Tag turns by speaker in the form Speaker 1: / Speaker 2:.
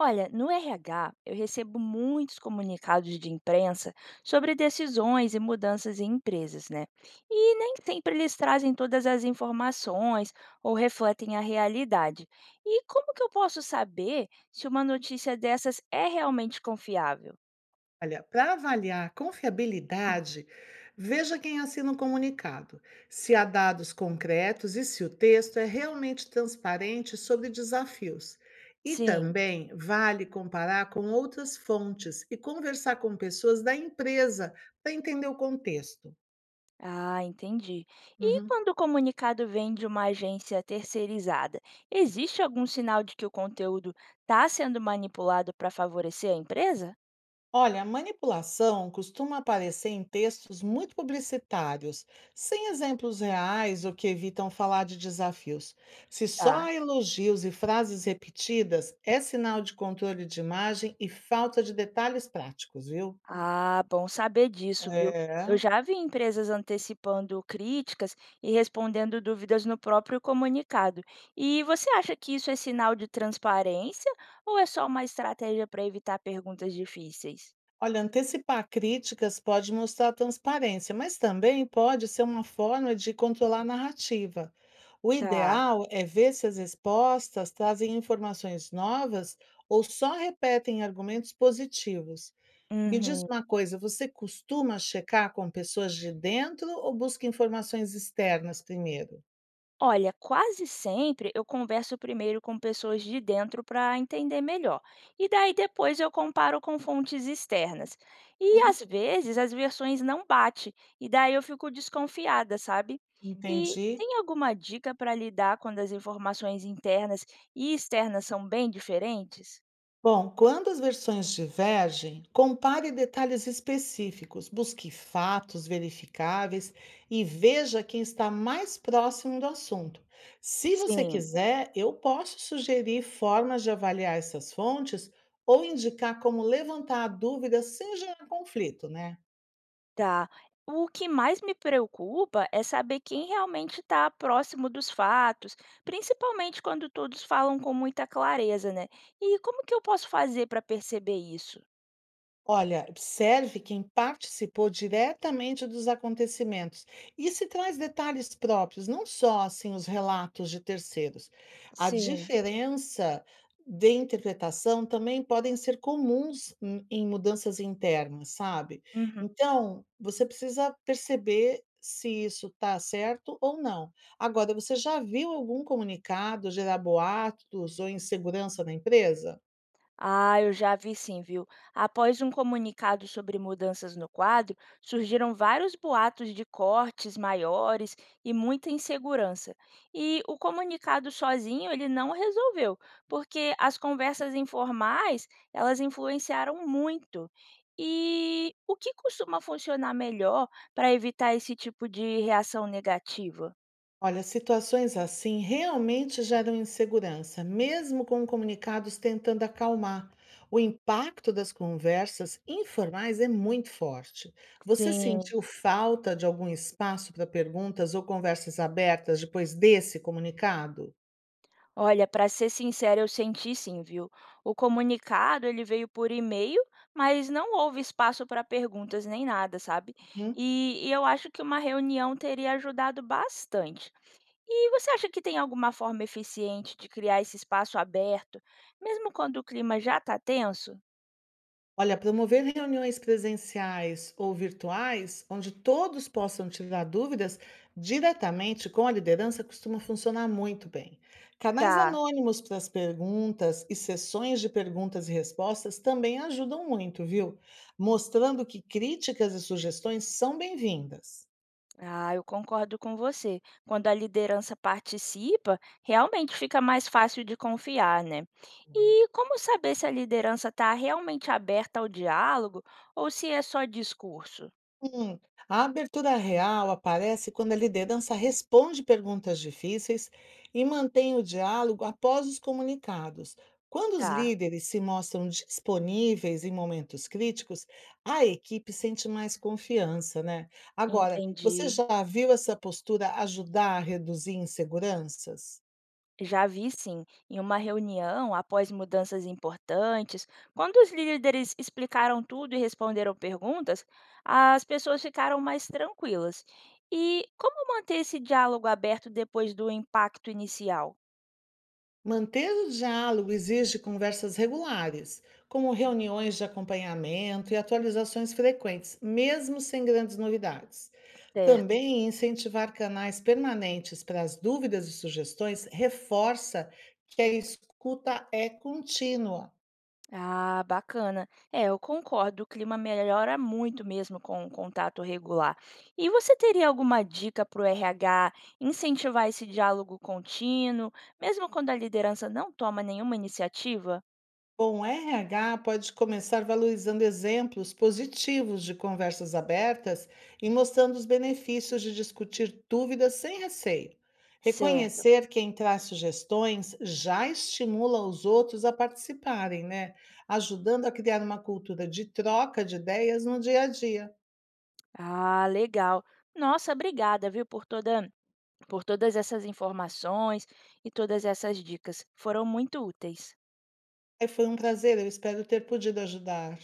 Speaker 1: Olha, no RH, eu recebo muitos comunicados de imprensa sobre decisões e mudanças em empresas, né? E nem sempre eles trazem todas as informações ou refletem a realidade. E como que eu posso saber se uma notícia dessas é realmente confiável?
Speaker 2: Olha, para avaliar a confiabilidade, veja quem assina o comunicado, se há dados concretos e se o texto é realmente transparente sobre desafios. E
Speaker 1: Sim.
Speaker 2: também vale comparar com outras fontes e conversar com pessoas da empresa para entender o contexto.
Speaker 1: Ah, entendi. E
Speaker 2: Uhum.
Speaker 1: quando o comunicado vem de uma agência terceirizada, existe algum sinal de que o conteúdo está sendo manipulado para favorecer a empresa?
Speaker 2: Olha, manipulação costuma aparecer em textos muito publicitários, sem exemplos reais ou que evitam falar de desafios. Se só
Speaker 1: Tá.
Speaker 2: há elogios e frases repetidas, é sinal de controle de imagem e falta de detalhes práticos, viu?
Speaker 1: Ah, bom saber disso, viu? Eu
Speaker 2: É.
Speaker 1: já vi empresas antecipando críticas e respondendo dúvidas no próprio comunicado. E você acha que isso é sinal de transparência ou é só uma estratégia para evitar perguntas difíceis?
Speaker 2: Olha, antecipar críticas pode mostrar transparência, mas também pode ser uma forma de controlar a narrativa. O
Speaker 1: Tá.
Speaker 2: ideal é ver se as respostas trazem informações novas ou só repetem argumentos positivos. Me diz
Speaker 1: Uhum.
Speaker 2: uma coisa, você costuma checar com pessoas de dentro ou busca informações externas primeiro?
Speaker 1: Olha, quase sempre eu converso primeiro com pessoas de dentro para entender melhor. E daí depois eu comparo com fontes externas. E
Speaker 2: Hum,
Speaker 1: às vezes as versões não batem, e daí eu fico desconfiada, sabe? E
Speaker 2: entendi.
Speaker 1: tem alguma dica para lidar quando as informações internas e externas são bem diferentes?
Speaker 2: Bom, quando as versões divergem, compare detalhes específicos, busque fatos verificáveis e veja quem está mais próximo do assunto. Se você
Speaker 1: Sim.
Speaker 2: quiser, eu posso sugerir formas de avaliar essas fontes ou indicar como levantar a dúvida sem gerar conflito, né?
Speaker 1: Tá. O que mais me preocupa é saber quem realmente está próximo dos fatos, principalmente quando todos falam com muita clareza, né? E como que eu posso fazer para perceber isso?
Speaker 2: Olha, observe quem participou diretamente dos acontecimentos e se traz detalhes próprios, não só assim os relatos de terceiros. A
Speaker 1: Sim.
Speaker 2: diferença de interpretação também podem ser comuns em mudanças internas, sabe?
Speaker 1: Uhum.
Speaker 2: Então, você precisa perceber se isso está certo ou não. Agora, você já viu algum comunicado gerar boatos ou insegurança na empresa?
Speaker 1: Ah, eu já vi sim, viu? Após um comunicado sobre mudanças no quadro, surgiram vários boatos de cortes maiores e muita insegurança. E o comunicado sozinho, ele não resolveu, porque as conversas informais, elas influenciaram muito. E o que costuma funcionar melhor para evitar esse tipo de reação negativa?
Speaker 2: Olha, situações assim realmente geram insegurança, mesmo com comunicados tentando acalmar. O impacto das conversas informais é muito forte. Você
Speaker 1: Sim.
Speaker 2: sentiu falta de algum espaço para perguntas ou conversas abertas depois desse comunicado?
Speaker 1: Olha, para ser sincera, eu senti sim, viu? O comunicado ele veio por e-mail, mas não houve espaço para perguntas nem nada, sabe?
Speaker 2: Hum?
Speaker 1: E eu acho que uma reunião teria ajudado bastante. E você acha que tem alguma forma eficiente de criar esse espaço aberto, mesmo quando o clima já está tenso?
Speaker 2: Olha, promover reuniões presenciais ou virtuais, onde todos possam tirar dúvidas diretamente com a liderança, costuma funcionar muito bem. Canais
Speaker 1: Tá?
Speaker 2: anônimos para as perguntas e sessões de perguntas e respostas também ajudam muito, viu? Mostrando que críticas e sugestões são bem-vindas.
Speaker 1: Ah, eu concordo com você. Quando a liderança participa, realmente fica mais fácil de confiar, né? E como saber se a liderança está realmente aberta ao diálogo ou se é só discurso?
Speaker 2: Hum, a abertura real aparece quando a liderança responde perguntas difíceis e mantém o diálogo após os comunicados. Quando os
Speaker 1: Tá,
Speaker 2: líderes se mostram disponíveis em momentos críticos, a equipe sente mais confiança, né? Agora, você
Speaker 1: entendi.
Speaker 2: já viu essa postura ajudar a reduzir inseguranças?
Speaker 1: Já vi sim, em uma reunião, após mudanças importantes, quando os líderes explicaram tudo e responderam perguntas, as pessoas ficaram mais tranquilas. E como manter esse diálogo aberto depois do impacto inicial?
Speaker 2: Manter o diálogo exige conversas regulares, como reuniões de acompanhamento e atualizações frequentes, mesmo sem grandes novidades.
Speaker 1: Certo.
Speaker 2: Também incentivar canais permanentes para as dúvidas e sugestões reforça que a escuta é contínua.
Speaker 1: Ah, bacana. É, eu concordo, o clima melhora muito mesmo com o contato regular. E você teria alguma dica para o RH incentivar esse diálogo contínuo, mesmo quando a liderança não toma nenhuma iniciativa?
Speaker 2: Bom, o RH pode começar valorizando exemplos positivos de conversas abertas e mostrando os benefícios de discutir dúvidas sem receio.
Speaker 1: Certo.
Speaker 2: Reconhecer quem traz sugestões já estimula os outros a participarem, né? Ajudando a criar uma cultura de troca de ideias no dia a dia.
Speaker 1: Ah, legal. Nossa, obrigada, viu, por todas essas informações e todas essas dicas. Foram muito úteis.
Speaker 2: Ai, foi um prazer, eu espero ter podido ajudar.